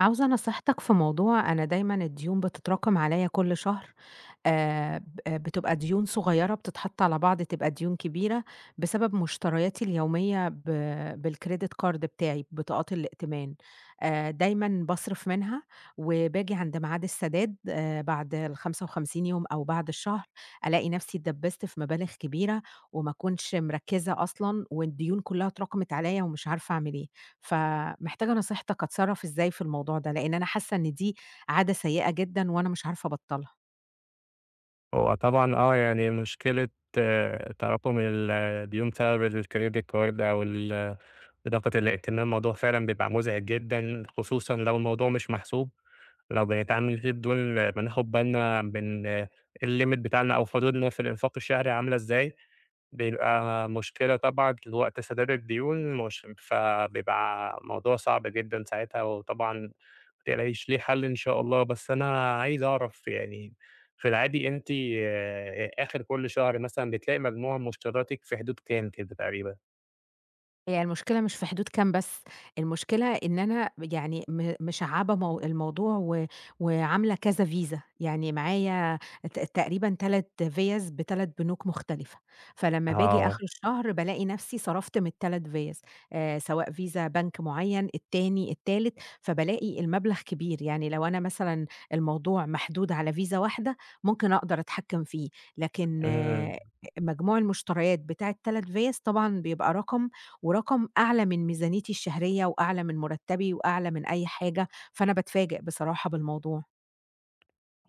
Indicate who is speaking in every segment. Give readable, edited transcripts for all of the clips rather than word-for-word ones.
Speaker 1: عاوزة نصيحتك في موضوع أنا دايمًا الديون بتتراكم عليّا كل شهر، ب آه، بتبقى ديون صغيرة بتتحط على بعض تبقى ديون كبيرة، بسبب مشترياتي اليومية بالcredit card بتاعي، بطاقات الائتمان. دايمًا باصرف منها، وباجي عند ميعاد السداد بعد ال55 يوم أو بعد الشهر، ألاقي نفسي اتدبست في مبالغ كبيرة، وما أكونش مركزة أصلًا، والديون كلها اتراكمت عليَّ ومش عارفة أعمل إيه. فمحتاجة نصيحتك أتصرف إزاي في الموضوع ده؟ لأن أنا حاسة إن دي عادة سيئة جدًا وأنا مش عارفة أبطلها.
Speaker 2: هو طبعًا يعني مشكلة تراكم الديون بسبب الcredit card أو ال إضافة الائتمان الموضوع فعلًا بيبقى مزعج جدًا، خصوصًا لو الموضوع مش محسوب، لو بنتعامل فيه بدون ما ناخد بالنا من الlimit بتاعنا أو حدودنا في الإنفاق الشهري عاملة إزاي. بيبقى مشكلة طبعًا وقت سداد الديون مش فبيبقى موضوع صعب جدًا ساعتها، وطبعًا ما تقلقيش ليه حل إن شاء الله، بس أنا عايز أعرف يعني في العادي أنتِ آخر كل شهر مثلًا بتلاقي مجموع مشترياتِك في حدود كام كده تقريبًا؟
Speaker 1: هي المشكلة مش في حدود كام بس، المشكلة إن أنا يعني مشعّبة مو الموضوع وعاملة كذا فيزا، يعني معايا تقريبا 3 فيَّز ب3 بنوك مختلفة، فلمّا باجي آخر
Speaker 2: آه.
Speaker 1: الشهر بالاقي نفسي صرفت من ال3 فيَّز، سواء فيزا بنك معيّن، التاني، التالت، فبالاقي المبلغ كبير، يعني لو أنا مثلًا الموضوع محدود على فيزا واحدة ممكن أقدر أتحكّم فيه، لكن
Speaker 2: إمم.
Speaker 1: مجموع المشتريات بتاع ال3 فيَّز طبعًا بيبقى رقم ورقم أعلى من ميزانيتي الشهرية وأعلى من مرتبي وأعلى من أي حاجة، فأنا باتفاجئ بصراحة بالموضوع.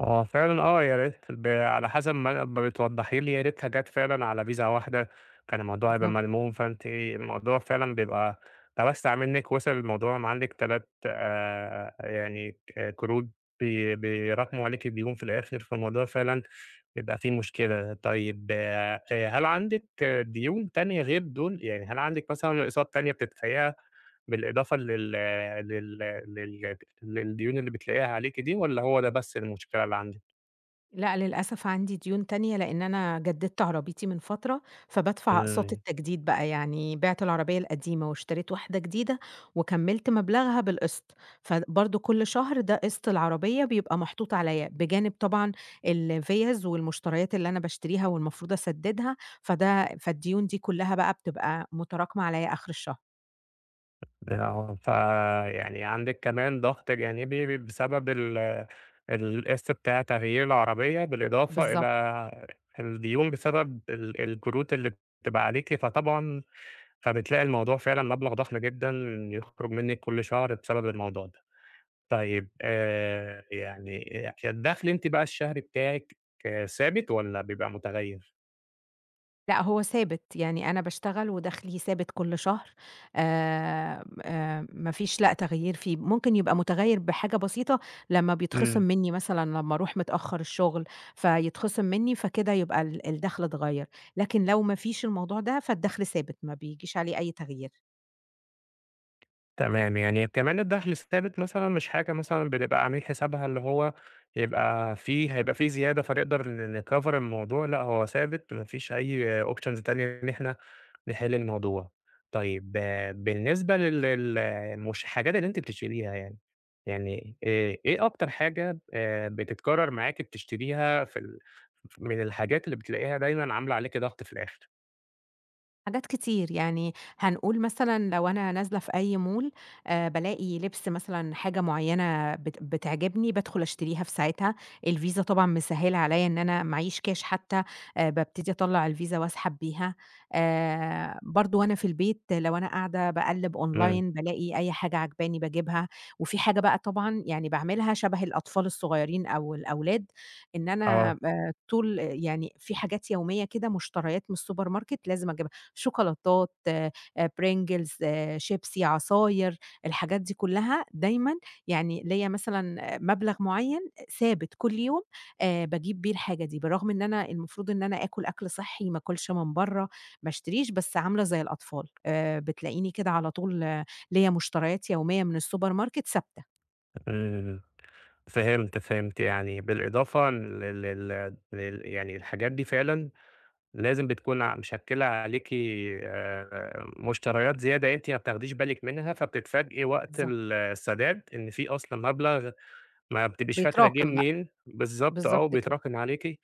Speaker 2: هو فعلًا يا ريت على حسب ما بتوضحي لي، يا ريتها جات فعلًا على فيزا واحدة، كان الموضوع هيبقى
Speaker 1: بالضبط.
Speaker 2: ملموم، فأنتِ الموضوع فعلًا بيبقى توسّع منِّك، وصل الموضوع عندِك 3 يعني قروض ب بيراكموا عليكِ ديون في الآخر، فالموضوع فعلًا بيبقى فيه مشكلة. طيب هل عندِك ديون تانية غير دول؟ يعني هل عندِك مثلًا أقساط تانية بتدفعيها بالإضافة لل لل لل للديون اللي بتلاقيها عليكِ دي، والّا هو ده بس المشكلة اللي عندِك؟
Speaker 1: لأ، للأسف عندي ديون تانية لإن أنا جددت عربيتي من فترة، فبادفع أقساط
Speaker 2: إمم.
Speaker 1: التجديد بقى، يعني بِعت العربية القديمة واشتريت واحدة جديدة وكملت مبلغها بالقسط، فبرضه كل شهر ده قسط العربية بيبقى محطوط عليَّ، بجانب طبعًا الفِيَّز والمشتريات اللي أنا باشتريها والمفروض أسددها، فالديون دي كلها بقى بتبقى متراكمة عليَّ آخر الشهر.
Speaker 2: آه. فيعني عندِك كمان ضغط جانبي بسبب القسط بتاع تغيير العربية، بالإضافة
Speaker 1: بالضبط.
Speaker 2: إلى الديون بسبب الكروت اللي بتبقى عليكِ، فطبعًا فبتلاقي الموضوع فعلًا مبلغ ضخم جدًا يخرج منِّك كل شهر بسبب الموضوع ده. طيب يعني الدخل أنتِ بقى الشهري بتاعِك ثابت والّا بيبقى متغيّر؟
Speaker 1: لأ هو ثابت، يعني أنا باشتغل ودخلي ثابت كل شهر ما فيش لأ تغيير فيه، ممكن يبقى متغير بحاجة بسيطة لمّا بيتخصم
Speaker 2: إمم.
Speaker 1: منّي مثلًا لمّا أروح متأخر الشغل، فيتخصم منّي فكده يبقى الدخل اتغيّر، لكن لو ما فيش الموضوع ده فالدخل ثابت ما بيجيش عليه أي تغيير.
Speaker 2: تمام، يعني كمان الدخل الثابت مثلًا مش حاجة مثلًا بنبقى عاملين حسابها، اللي هو يبقى في هيبقى في زيادة فنقدر نcover الموضوع، لأ هو ثابت، ما فيش أي options تانية إن إحنا نحل الموضوع. طيب بالنسبة لل لل مش الحاجات اللي أنتِ بتشتريها يعني، يعني إيه أكتر حاجة بتتكرر معاكِ بتشتريها في ال من الحاجات اللي بتلاقيها دايمًا عاملة عليكِ ضغط في الآخر؟
Speaker 1: حاجات كتير، يعني هنقول مثلًا لو أنا نازلة في أي مول بالاقي لبس مثلًا حاجة معيّنة بتعجبني بادخل أشتريها في ساعتها، الفيزا طبعًا مسهّلة عليّا إن أنا معييش كاش حتى بابتدي أطلّع الفيزا وأسحب بيها، برضه وأنا في البيت لو أنا قاعدة باقلّب
Speaker 2: إمم.
Speaker 1: أونلاين بالاقي أي حاجة عاجباني باجيبها، وفي حاجة بقى طبعًا يعني باعملها شبه الأطفال الصغيّرين أو الأولاد، إن أنا
Speaker 2: آه.
Speaker 1: طول يعني في حاجات يومية كده مشتريات من السوبر ماركت لازم أجيبها شوكولاتات، Pringles، شيبسي، عصاير، الحاجات دي كلّها دايمًا يعني ليّا مثلًا مبلغ معيّن ثابت كل يوم باجيب بيه الحاجة دي، بالرغم إن أنا المفروض إن أنا آكل أكل صحّي، ما آكلش من برّه، ما اشتريش، بس عاملة زي الأطفال، بتلاقيني كده على طول ليّا مشتريات يومية من السوبر ماركت ثابتة.
Speaker 2: إمم. فهمت، فهمت، يعني بالإضافة لل لل لل يعني الحاجات دي فعلًا لازم بتكون مشكّلة عليكِ، مشتريات زيادة أنتِ ما بتاخديش بالِك منها، فبتتفاجئي وقت
Speaker 1: بالضبط.
Speaker 2: السداد إن في أصلًا مبلغ ما بتبقيش فاكرة جِه
Speaker 1: بيتراكم بقى،
Speaker 2: منين، بالضبط
Speaker 1: بالضبط كده.
Speaker 2: وبيتراكم عليكِ.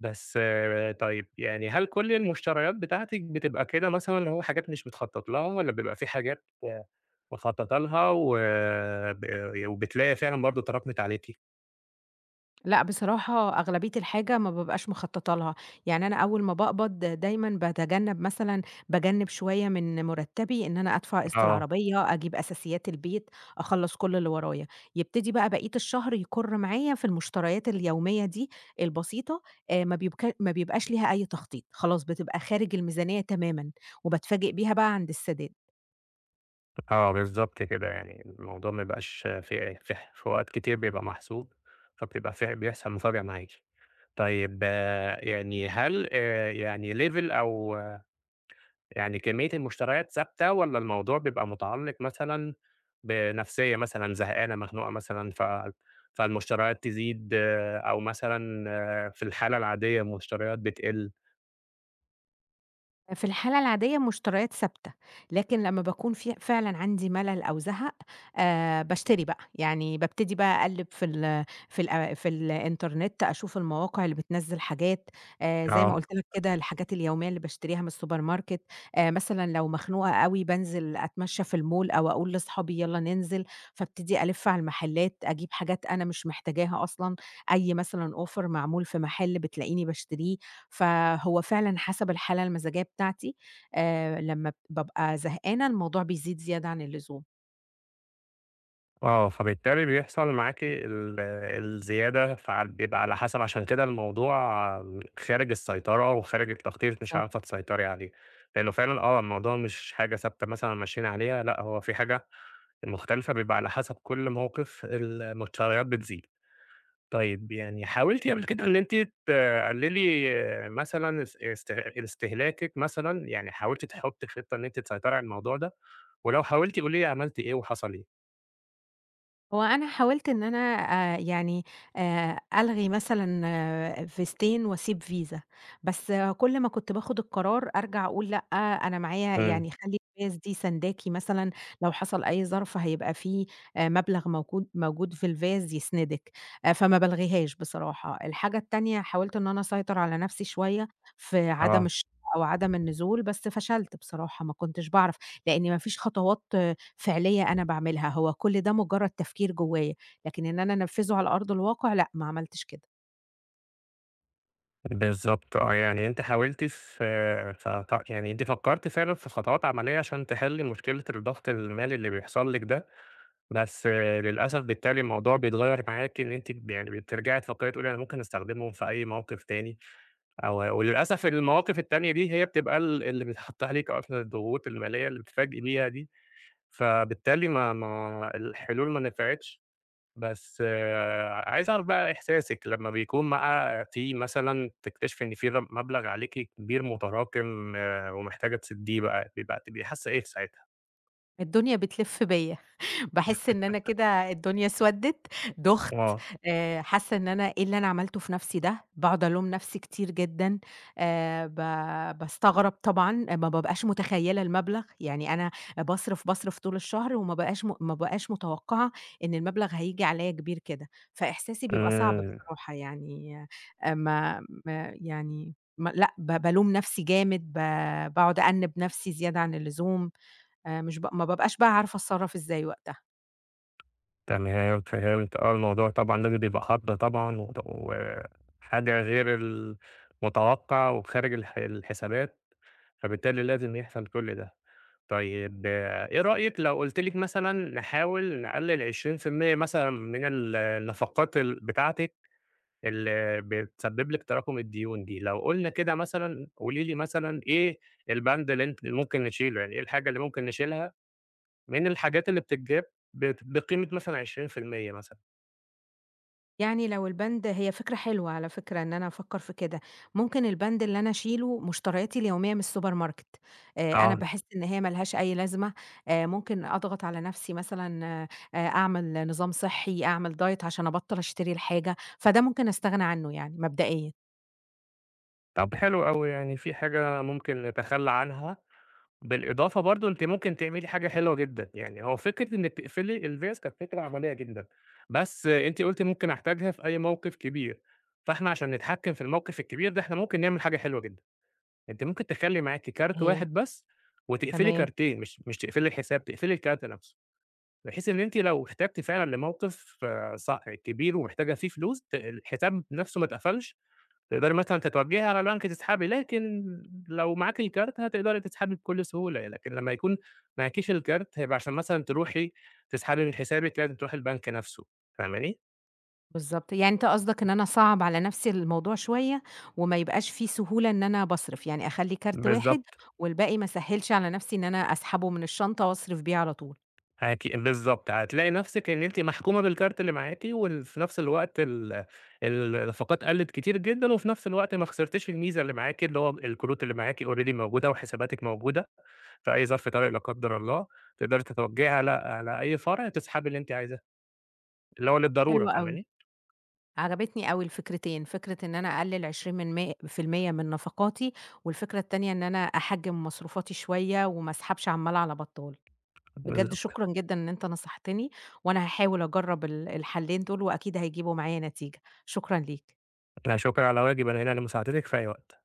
Speaker 2: بس طيب، يعني هل كل المشتريات بتاعتِك بتبقى كده مثلًا، اللي هو حاجات مش متخطط لها والّا بيبقى في حاجات مخططة لها، وبتلاقي فعلًا برضه تراكمت عليكِ؟
Speaker 1: لأ، بصراحة أغلبية الحاجة ما بابقاش مخطّطة لها، يعني أنا أول ما باقبض دايمًا باتجنّب مثلًا باجنّب شوية من مرتّبي إن أنا أدفع قسط
Speaker 2: آه.
Speaker 1: العربية، أجيب أساسيات البيت، أخلّص كل اللي ورايا، يبتدي بقى بقية الشهر يكُر معايا في المشتريات اليومية دي البسيطة، ما بيبقاش ليها أي تخطيط، خلاص بتبقى خارج الميزانية تمامًا، وباتفاجئ بيها بقى عند السداد.
Speaker 2: بالضبط كده، يعني الموضوع ما بيبقاش في أوقات كتير بيبقى محسوب، فبتبقى بيحصل مفاجأة معاكِ. طيب يعني هل يعني level أو يعني كمية المشتريات ثابتة، والّا الموضوع بيبقى متعلق مثلًا بنفسية مثلًا زهقانة، مخنوقة مثلًا، فالمشتريات تزيد أو مثلًا في الحالة العادية المشتريات بتقل؟
Speaker 1: في الحالة العادية مشتريات ثابتة، لكن لمّا باكون في فعلًا عندي ملل أو زهق باشتري بقى، يعني بابتدي بقى أقلِّب في ال في الأ في الإنترنت أشوف المواقع اللي بتنزّل حاجات زي ما
Speaker 2: آه.
Speaker 1: قُلت لك كده الحاجات اليومية اللي باشتريها من السوبر ماركت، مثلًا لو مخنوقة أوي بانزل أتمشى في المول أو أقول لأصحابي يالّا ننزل، فابتدي ألِّف على المحلات أجيب حاجات أنا مش محتاجاها أصلًا، أي مثلًا offer معمول في محل بتلاقيني باشتريه. فهو فعلًا حسب الحالة المزاجية بتاعتي، لمّا بابقى زهقانة الموضوع بيزيد زيادة عن اللزوم،
Speaker 2: فبالتالي بيحصل معاكِ الزيادة، فبيبقى على حسب، عشان كده الموضوع خارج السيطرة وخارج التخطيط مش
Speaker 1: بسبب
Speaker 2: عارفة تسيطري عليه، لأنه فعلًا الموضوع مش حاجة ثابتة مثلًا ماشيين عليها، لأ هو في حاجة مختلفة بيبقى على حسب كل موقف المشتريات بتزيد. طيب، يعني حاولتِ قبل كده إن أنتِ تقللي مثلًا اس است استهلاكِك مثلًا، يعني حاولتِ تحطي خطة إن أنتِ تسيطري على الموضوع ده؟ ولو حاولتِ قولي لي عملتِ إيه وحصل إيه؟
Speaker 1: هو أنا حاولت إن أنا آآ يعني ألغي مثلًا فيزتين وأسيب فيزا، بس كل ما كنت باخد القرار أرجع أقول لأ، أنا معايا
Speaker 2: إمم.
Speaker 1: يعني خلّي الفيَز دي سانداكِ مثلًا لو حصل أي ظرف هيبقى في مبلغ موجود في الفيَز يسندِك، فما بالغيهاش بصراحة. الحاجة التانية حاولت إن أنا أسيطر على نفسي شوية في عدم
Speaker 2: آه.
Speaker 1: الشراء أو عدم النزول، بس فشلت بصراحة ما كنتش باعرف، لإن ما فيش خطوات فعلية أنا باعملها، هو كل ده مجرد تفكير جوايا، لكن إن أنا أنفّذه على أرض الواقع لأ، ما عملتش كده،
Speaker 2: بالضبط يعني أنتِ حاولتِ في ف ف ت يعني أنتِ فكرتِ فعلًا في خطوات عملية عشان تحلّي مشكلة الضغط المالي اللي بيحصل لِك ده، بس للأسف بالتالي الموضوع بيتغيّر معاكِ إن أنتِ يعني بترجعي تفكري تقولي أنا ممكن أستخدمهم في أي موقف تاني، وللأسف المواقف التانية دي هي بتبقى اللي بتحط عليكِ أصلًا الضغوط المالية اللي بتتفاجئي بيها دي، فبالتالي ما ما الحلول ما نفعتش. بس عايز أعرف بقى إحساسِك لمّا بيكون بقى في، مثلًا تكتشفي إن في مبلغ عليكِ كبير متراكم ومحتاجة تسدّيه بقى، بيبقى تبقي حاسة إيه في ساعتها؟
Speaker 1: الدنيا بتلِف بيّا. باحس إن أنا كده الدنيا اسودت، دُخت،
Speaker 2: آه.
Speaker 1: حاسة إن أنا إيه اللي أنا عملته في نفسي ده، باقعد ألوم نفسي كتير جدًا، ب باستغرب طبعًا، ما بابقاش متخيلة المبلغ، يعني أنا باصرف، باصرف طول الشهر وما بقاش م ما بقاش متوقعة إن المبلغ هييجي عليَّ كبير كده، فإحساسي بيبقى صعب
Speaker 2: إمم.
Speaker 1: بصراحة يعني، ما ما يعني ما لأ، ب بالوم نفسي جامد، باقعد أأنِّب نفسي زيادة عن اللزوم، مش ب ما بابقاش بقى عارفة أتصرف إزاي وقتها.
Speaker 2: تمام فهمت. الموضوع طبعًا لازم يبقى حد طبعًا وحاجة غير المتوقع وخارج الحسابات، فبالتالي لازم يحصل كل ده. طيب إيه رأيِك لو قُلت لِك مثلًا نحاول نقلل 20% مثلًا من النفقات بتاعتِك اللي بتسبب لِك تراكم الديون دي، لو قُلنا كده مثلًا قولي لي مثلًا إيه البند اللي ممكن نشيله، يعني إيه الحاجة اللي ممكن نشيلها من الحاجات اللي بتتجاب بقيمة مثلًا 20% مثلًا؟
Speaker 1: يعني لو البند هي فكرة حلوة على فكرة إن أنا أفكّر في كده، ممكن البند اللي أنا أشيله مشترياتي اليومية من السوبر ماركت، أنا
Speaker 2: آه.
Speaker 1: باحس إن هي ما لهاش أي لازمة، ممكن أضغط على نَفْسي مثلًا أعمل نظام صحّي، أعمل diet عشان أبطّل أشتري الحاجة، فده ممكن أستغنى عنّه يعني مبدئيًا.
Speaker 2: طب حلو أوي، يعني في حاجة ممكن نتخلى عنها، بالإضافة برضه أنتِ ممكن تعملي حاجة حلوة جدًا، يعني هو فكرة إنِّك تقفلي الفيز كانت فكرة عملية جدًا، بس أنتِ قُلتِ ممكن أحتاجها في أي موقف كبير، فإحنا عشان نتحكم في الموقف الكبير ده، إحنا ممكن نعمل حاجة حلوة جدًا. أنتِ ممكن تخلّي معاكِ كارت
Speaker 1: هي
Speaker 2: واحد بس وتقفلي
Speaker 1: تمام،
Speaker 2: كارتين، مش مش تقفلي الحساب، تقفلي الكارت نفسه، بحيث إن أنتِ لو احتجتِ فعلًا لموقف ص كبير ومحتاجة فيه فلوس، الحساب نفسه ما اتقفلش، تقدري مثلًا تتوجهي على البنك تسحبي، لكن لو معاكِ الكارت هتقدري تسحبي بكل سهولة، لكن لمّا يكون معاكيش الكارت هيبقى عشان مثلًا تروحي تسحبي من حسابِك لازم تروحي البنك نفسه، فاهماني؟
Speaker 1: بالضبط. يعني أنت قصدك إن أنا أصعّب على نَفْسي الموضوع شوية وما يبقاش في سهولة إن أنا باصرف، يعني أخلّي كارت واحد
Speaker 2: بالضبط.
Speaker 1: والباقي ما أسهّلش على نَفْسي إن أنا أسحبه من الشنطة وأصرف بيه على طول.
Speaker 2: بالضبط، هتلاقي نفسِك إن أنتِ محكومة بالكارت اللي معاكِ، وفي نفس الوقت النفقات قلّت كتير جدًا، وفي نفس الوقت ما خسرتيش الميزة اللي معاكِ، اللي هو الكروت اللي معاكِ already موجودة وحساباتِك موجودة، في أي ظرف طارئ لا قدّر الله تقدري تتوجّهي على أي فرع تسحبي اللي أنتِ عايزاه، اللي هو للضرورة،
Speaker 1: حلو أوي،
Speaker 2: فاهماني؟
Speaker 1: عجبتني أوي الفكرتين، فكرة إن أنا أقلل 20 من مي في المِيّة من نفقاتي، والفكرة التانية إن أنا أحجّم مصروفاتي شوية وما أسحبش عمّال على بطّال. بجد
Speaker 2: بالضبط.
Speaker 1: شكرًا جدًا إن أنت نصحتني، وأنا هاحاول أجرّب الحلّين دول وأكيد هيجيبوا معايا نتيجة، شكرًا ليك.
Speaker 2: لا شكر على واجب، أنا هنا لمساعدتِك في أي وقت.